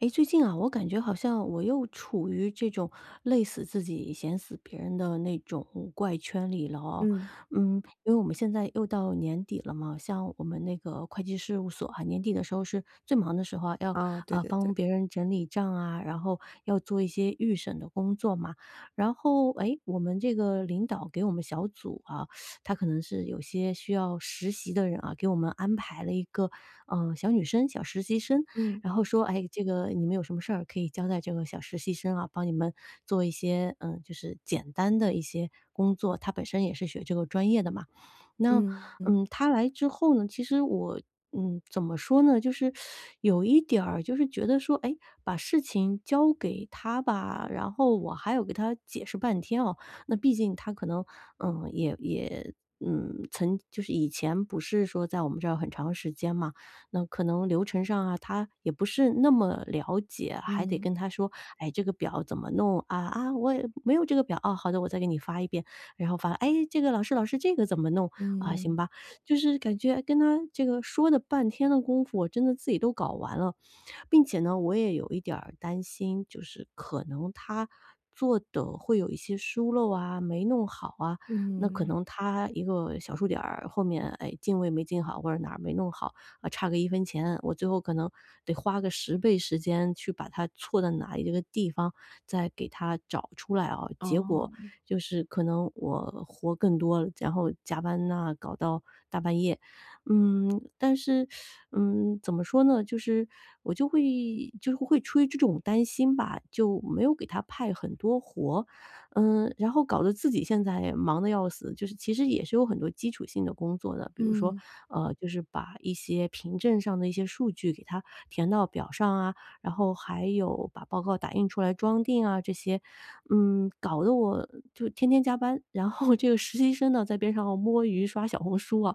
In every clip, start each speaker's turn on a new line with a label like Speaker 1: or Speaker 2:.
Speaker 1: 诶，最近啊，我感觉好像我又处于这种累死自己、闲死别人的那种怪圈里了哦。
Speaker 2: 嗯，
Speaker 1: 因为我们现在又到年底了嘛，像我们那个会计事务所啊，年底的时候是最忙的时候啊，要
Speaker 2: 啊，对对
Speaker 1: 帮
Speaker 2: 对，
Speaker 1: 别人整理账啊，然后要做一些预审的工作嘛。然后诶，我们这个领导给我们小组啊，他可能是有些需要实习的人啊，给我们安排了一个小女生、小实习生。
Speaker 2: 嗯
Speaker 1: 然后说，哎，这个你们有什么事儿可以交代这个小实习生啊，帮你们做一些就是简单的一些工作。他本身也是学这个专业的嘛。那
Speaker 2: 嗯嗯
Speaker 1: 他来之后呢，其实我怎么说呢，就是有一点儿就是觉得说，哎，把事情交给他吧，然后我还要给他解释半天哦。那毕竟他可能嗯，也也。嗯，曾就是以前不是说在我们这儿很长时间嘛，那可能流程上啊，他也不是那么了解，还得
Speaker 2: 嗯
Speaker 1: 跟他说，哎，这个表怎么弄啊？啊，我也没有这个表啊，好的，我再给你发一遍，然后发，哎，这个老师，老师这个怎么弄啊？行
Speaker 2: 嗯
Speaker 1: 吧，就是感觉跟他这个说的半天的功夫，我真的自己都搞完了，并且呢，我也有一点儿担心，就是可能他做的会有一些疏漏啊，没弄好啊，那可
Speaker 2: 嗯，
Speaker 1: 能他一个小数点儿后面，哎，进位没进好，或者哪儿没弄好，啊，差个一分钱，我最后可能得花个10倍时间去把它错在哪一个地方，再给它找出来啊。结
Speaker 2: 哦，
Speaker 1: 果就是可能我活更多了，然后加班呐，搞到大半夜。嗯，但是，怎么说呢，就是我就会出于这种担心吧，就没有给他派很多活。嗯，然后搞得自己现在忙得要死，就是其实也是有很多基础性的工作的，比如说，
Speaker 2: 嗯，
Speaker 1: 就是把一些凭证上的一些数据给它填到表上啊，然后还有把报告打印出来装订啊这些，搞得我就天天加班，然后这个实习生呢在边上摸鱼刷小红书啊，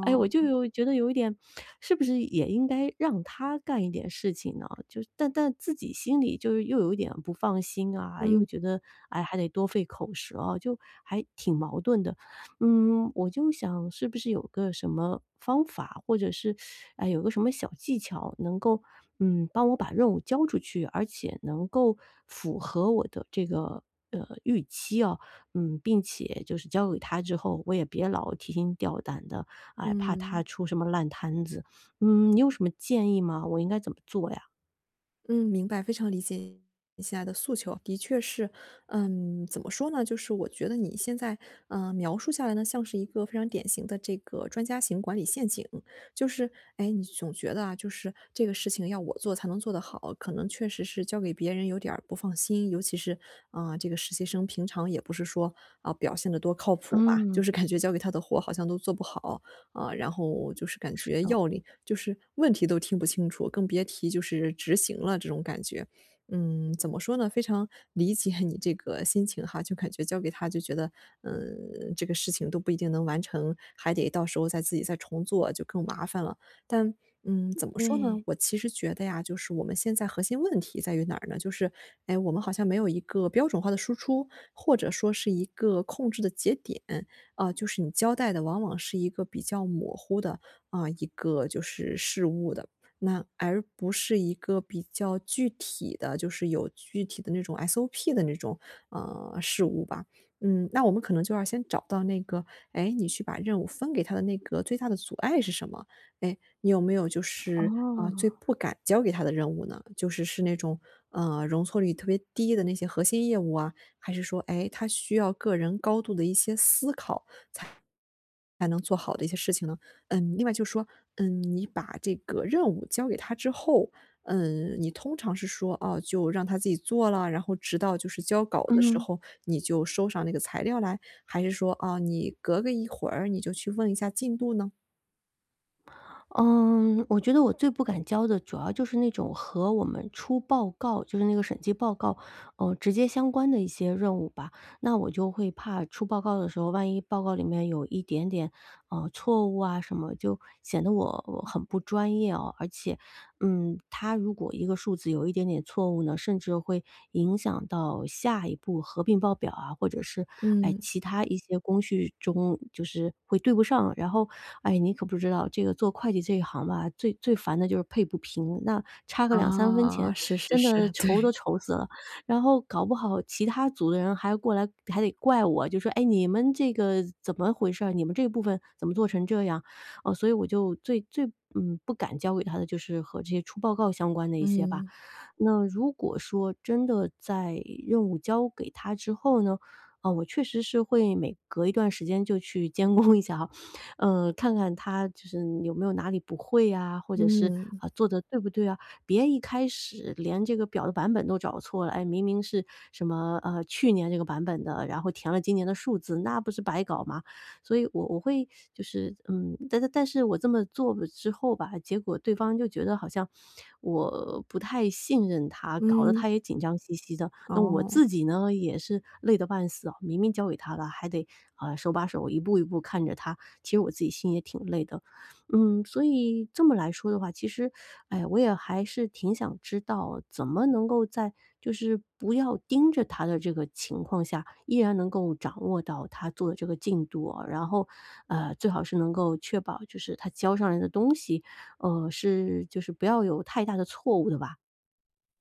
Speaker 1: 哎，我就有觉得有一点，是不是也应该让他干一点事情呢？就是但自己心里就是又有一点不放心啊，又
Speaker 2: 嗯
Speaker 1: 觉得哎还得多费口舌啊，就还挺矛盾的。嗯，我就想是不是有个什么方法，或者是哎有个什么小技巧，能够帮我把任务交出去，而且能够符合我的这个预期啊，嗯，并且就是交给他之后，我也别老提心吊胆的，哎，怕他
Speaker 2: 嗯。
Speaker 1: 出什么烂摊子。嗯，你有什么建议吗？我应该怎么做呀？
Speaker 2: 嗯，明白，非常理解你现在的诉求。的确是，嗯，怎么说呢？就是我觉得你现在，描述下来呢，像是一个非常典型的这个专家型管理陷阱。就是，哎，你总觉得啊，就是这个事情要我做才能做得好，可能确实是交给别人有点儿不放心。尤其是，这个实习生平常也不是说表现得多靠谱吧，就
Speaker 1: 嗯，
Speaker 2: 是感觉交给他的活好像都做不好。啊，然后就是感
Speaker 1: 是
Speaker 2: 觉
Speaker 1: 的。
Speaker 2: 要领就是问题都听不清楚，更别提就是执行了这种感觉。嗯，怎么说呢？非常理解你这个心情哈，就感觉交给他就觉得，嗯，这个事情都不一定能完成，还得到时候再自己再重做，就更麻烦了。但，嗯，怎么说
Speaker 1: 对。
Speaker 2: 呢？我其实觉得呀，就是我们现在核心问题在于哪儿呢？就是，哎，我们好像没有一个标准化的输出，或者说是一个控制的节点。啊，就是你交代的往往是一个比较模糊的，啊，一个就是事物的，那而不是一个比较具体的，就是有具体的那种 SOP 的那种，事物吧。嗯，那我们可能就要先找到那个，哎，你去把任务分给他的那个最大的阻碍是什么？哎，你有没有就是，啊，最
Speaker 1: 哦。
Speaker 2: 不敢交给他的任务呢？就是是那种，呃，容错率特别低的那些核心业务啊，还是说，哎他需要个人高度的一些思考才能做好的一些事情呢？嗯，另外就是说，嗯，你把这个任务交给他之后，嗯，你通常是说，哦，就让他自己做了，然后直到就是交稿的时
Speaker 1: 嗯
Speaker 2: 候，你就收上那个材料来，还是说，啊，你隔个一会儿你就去问一下进度呢？
Speaker 1: 嗯。我觉得我最不敢交的，主要就是那种和我们出报告，就是那个审计报告，直接相关的一些任务吧。那我就会怕出报告的时候，万一报告里面有一点点错误啊什么，就显得我很不专业哦。而且他如果一个数字有一点点错误呢，甚至会影响到下一步合并报表啊，或者是，哎，
Speaker 2: 嗯，
Speaker 1: 其他一些工序中就是会对不上。然后，哎，你可不知道这个做会计这一行吧，最最烦的就是配不平，那差个两三分
Speaker 2: 啊，
Speaker 1: 钱，
Speaker 2: 是是
Speaker 1: 真的
Speaker 2: 是，
Speaker 1: 愁都
Speaker 2: 对，
Speaker 1: 愁死了。然后搞不好其他组的人还过来还得怪我，就说：“哎，你们这个怎么回事儿？你们这部分怎么做成这样？”哦，所以我就最最不敢交给他的就是和这些出报告相关的一些吧。
Speaker 2: 嗯，
Speaker 1: 那如果说真的在任务交给他之后呢，啊，我确实是会每隔一段时间就去监工一下哈，看看他就是有没有哪里不会啊，或者是，
Speaker 2: 嗯，
Speaker 1: 啊，做的对不对啊。别一开始连这个表的版本都找错了，哎，明明是什么，去年这个版本的，然后填了今年的数字，那不是白搞吗？所以我会但是，但是我这么做了之后吧，结果对方就觉得好像我不太信任他，搞得
Speaker 2: 嗯。
Speaker 1: 他也紧张兮兮的。那我
Speaker 2: 哦。
Speaker 1: 自己呢，也是累得半死啊，明明交给他了，还得手把手一步一步看着他，其实我自己心也挺累的。嗯，所以这么来说的话，其实，哎，我也还是挺想知道怎么能够在就是不要盯着他的这个情况下，依然能够掌握到他做的这个进度啊，然后，最好是能够确保就是他交上来的东西，是就是不要有太大的错误的吧？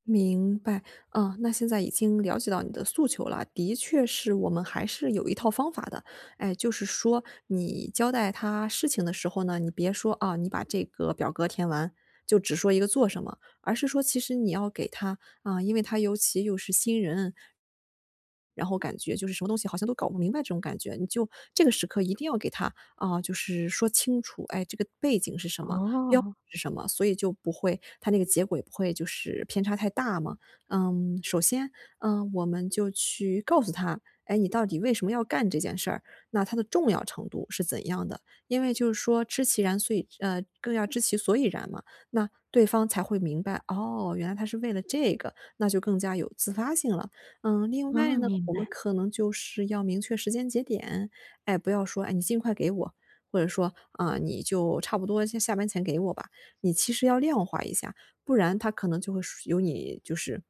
Speaker 2: 明白，嗯，那现在已经了解到你的诉求了，的确是我们还是有一套方法的。哎，就是说你交代他事情的时候呢，你别说啊，你把这个表格填完，就只说一个做什么，而是说其实你要给他啊，因为他尤其又是新人，然后感觉就是什么东西好像都搞不明白这种感觉，你就这个时刻一定要给他就是说清楚，哎，这个背景是什么，标
Speaker 1: 哦。
Speaker 2: 是什么，所以就不会它那个结果也不会就是偏差太大嘛。嗯，首先，嗯，我们就去告诉他，哎，你到底为什么要干这件事儿？那它的重要程度是怎样的？因为就是说知其然，所以更要知其所以然嘛。那对方才会明白，哦，原来他是为了这个，那就更加有自发性了。嗯，另外
Speaker 1: 啊，
Speaker 2: 呢，嗯
Speaker 1: 明
Speaker 2: 我们
Speaker 1: 白。
Speaker 2: 可能就是要明确时间节点，哎，不要说，哎，你尽快给我，或者说，啊，你就差不多先下班前给我吧。你其实要量化一下，不然他可能就会是有你就是，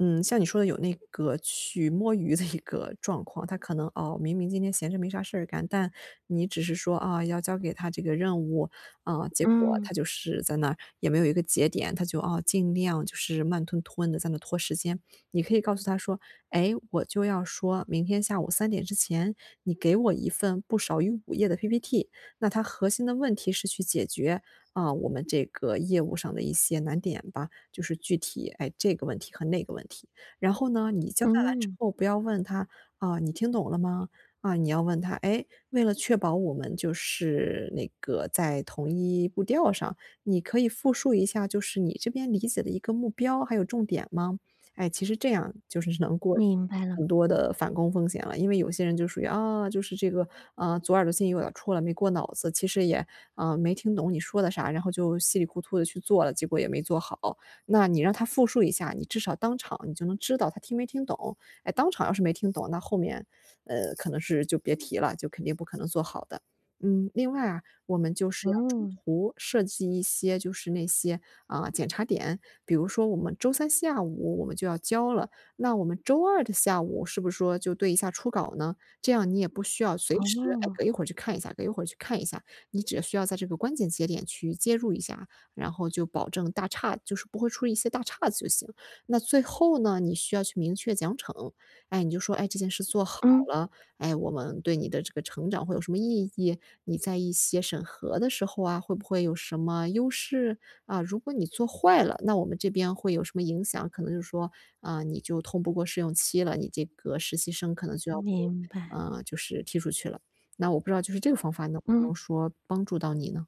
Speaker 2: 嗯，像你说的有那个去摸鱼的一个 状况，他可能哦，明明今天闲着没啥事儿干，但你只是说啊，要交给他这个任务，啊，结果
Speaker 1: 嗯。
Speaker 2: 他就是在那儿也没有一个节点，他就啊尽量就是慢吞吞的在那拖时间。你可以告诉他说，哎，我就要说明天下午3点之前，你给我一份不少于5页的 PPT。那它核心的问题是去解决，啊，我们这个业务上的一些难点吧，就是具体，哎，这个问题和那个问题。然后呢，你交代完之
Speaker 1: 嗯，
Speaker 2: 后不要问他，啊，你听懂了吗？啊，你要问他，哎，为了确保我们就是那个在同一步调上，你可以复述一下就是你这边理解的一个目标还有重点吗？哎，其实这样就是能过
Speaker 1: 明白了。
Speaker 2: 很多的反攻风险了。因为有些人就属于啊，就是这个啊，左耳朵进右耳朵出了，没过脑子，其实也没听懂你说的啥，然后就稀里糊涂的去做了，结果也没做好。那你让他复述一下，你至少当场你就能知道他听没听懂。哎，当场要是没听懂，那后面可能是就别提了，就肯定不可能做好的。嗯，另外啊，我们就是要中
Speaker 1: 嗯。
Speaker 2: 途设计一些，就是那些检查点，比如说我们周三下午我们就要交了，那我们周二的下午是不是说就对一下初稿呢？这样你也不需要随时，哎，
Speaker 1: 哦。
Speaker 2: 隔一会儿去看一下，隔一会儿去看一下，你只需要在这个关键节点去接入一下，然后就保证就是不会出一些大岔子就行。那最后呢，你需要去明确奖惩，哎，你就说，哎，这件事做好
Speaker 1: 嗯，
Speaker 2: 了，哎，我们对你的这个成长会有什么意义？你在一些审核的时候啊，会不会有什么优势？啊，如果你做坏了，那我们这边会有什么影响？可能就是说，啊，你就通不过试用期了，你这个实习生可能就要被，
Speaker 1: 明白。
Speaker 2: 就是踢出去了。那我不知道就是这个方法能不
Speaker 1: 嗯。
Speaker 2: 能说帮助到你呢？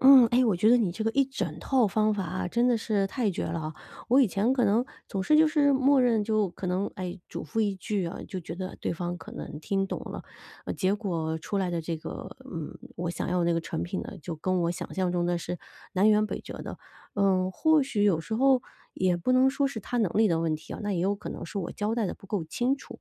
Speaker 1: 嗯，哎，我觉得你这个一整套方法啊，真的是太绝了啊。我以前可能总是就是默认就可能哎嘱咐一句啊，就觉得对方可能听懂了，结果出来的这个我想要的那个成品呢，就跟我想象中的是南辕北辙的。嗯，或许有时候也不能说是他能力的问题啊，那也有可能是我交代的不够清楚。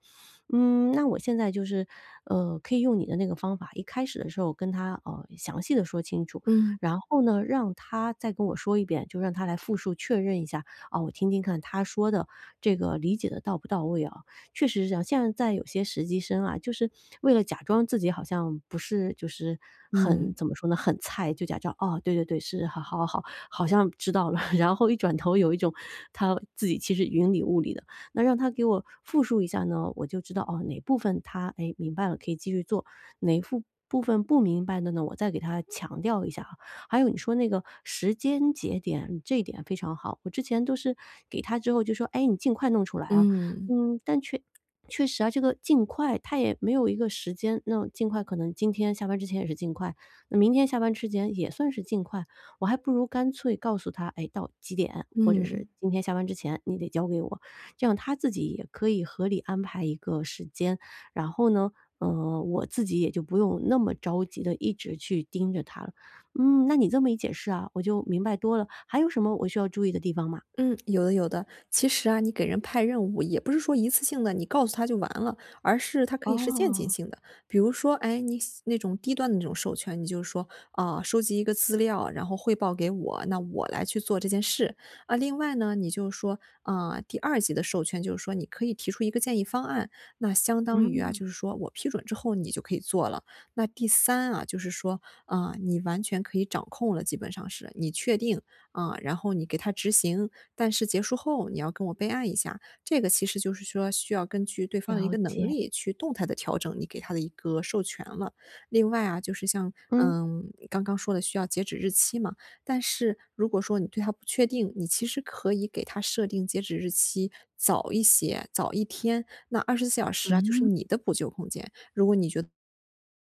Speaker 1: 嗯，那我现在就是，可以用你的那个方法，一开始的时候跟他详细的说清楚，
Speaker 2: 嗯
Speaker 1: 然后呢，让他再跟我说一遍，就让他来复述确认一下，啊，我听听看他说的这个理解的到不到位啊。确实是这样，现在有些实习生啊，就是为了假装自己好像不是就是很
Speaker 2: 嗯
Speaker 1: 怎么说呢，很菜，就假装哦，对对对，是，好好好，好像知道了，然后一转头有一种他自己其实云里雾里的。那让他给我复述一下呢，我就知道哦哪部分他哎明白了可以继续做，哪副部分不明白的呢，我再给他强调一下。还有你说那个时间节点，这一点非常好。我之前都是给他之后就说：“哎，你尽快弄出来啊。”
Speaker 2: 嗯
Speaker 1: 嗯，但确实啊，这个尽快他也没有一个时间，那尽快可能今天下班之前也是尽快，那明天下班之前也算是尽快。我还不如干脆告诉他：“哎，到几点，或者是
Speaker 2: 嗯。
Speaker 1: 今天下班之前你得交给我。”这样他自己也可以合理安排一个时间，然后呢，我自己也就不用那么着急的一直去盯着他了。嗯，那你这么一解释啊，我就明白多了。还有什么我需要注意的地方吗？
Speaker 2: 嗯，有的有的。其实啊，你给人派任务也不是说一次性的，你告诉他就完了，而是它可以是渐进
Speaker 1: 哦。
Speaker 2: 性的。比如说，哎，你喜那种低端的那种授权，你就是说收集一个资料，然后汇报给我，那我来去做这件事啊。另外呢，你就是说第二级的授权就是说你可以提出一个建议方案，那相当于啊，
Speaker 1: 嗯，
Speaker 2: 就是说我批准之后你就可以做了。那第三啊，就是说你完全可以掌控了，基本上是你确定然后你给他执行，但是结束后你要跟我备案一下。这个其实就是说需要根据对方的一
Speaker 1: 了
Speaker 2: 个能
Speaker 1: 解。
Speaker 2: 力去动态的调整你给他的一个授权了。另外啊，就是像，
Speaker 1: 嗯。
Speaker 2: 嗯，刚刚说的需要截止日期嘛，但是如果说你对他不确定，你其实可以给他设定截止日期早一些，早一天，那24小时啊，就是你的补救空间。如果你觉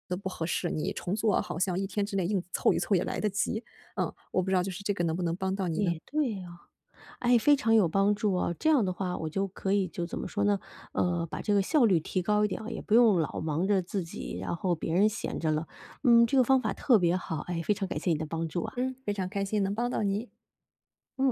Speaker 2: 得不合适，你重做好像一天之内硬凑一凑也来得及。嗯，我不知道就是这个能不能帮到你呢？
Speaker 1: 也对哦。哎，非常有帮助哦。这样的话，我就可以就怎么说呢？把这个效率提高一点啊，也不用老忙着自己，然后别人闲着了。嗯，这个方法特别好，哎，非常感谢你的帮助啊。
Speaker 2: 嗯，非常开心能帮到你。
Speaker 1: 嗯。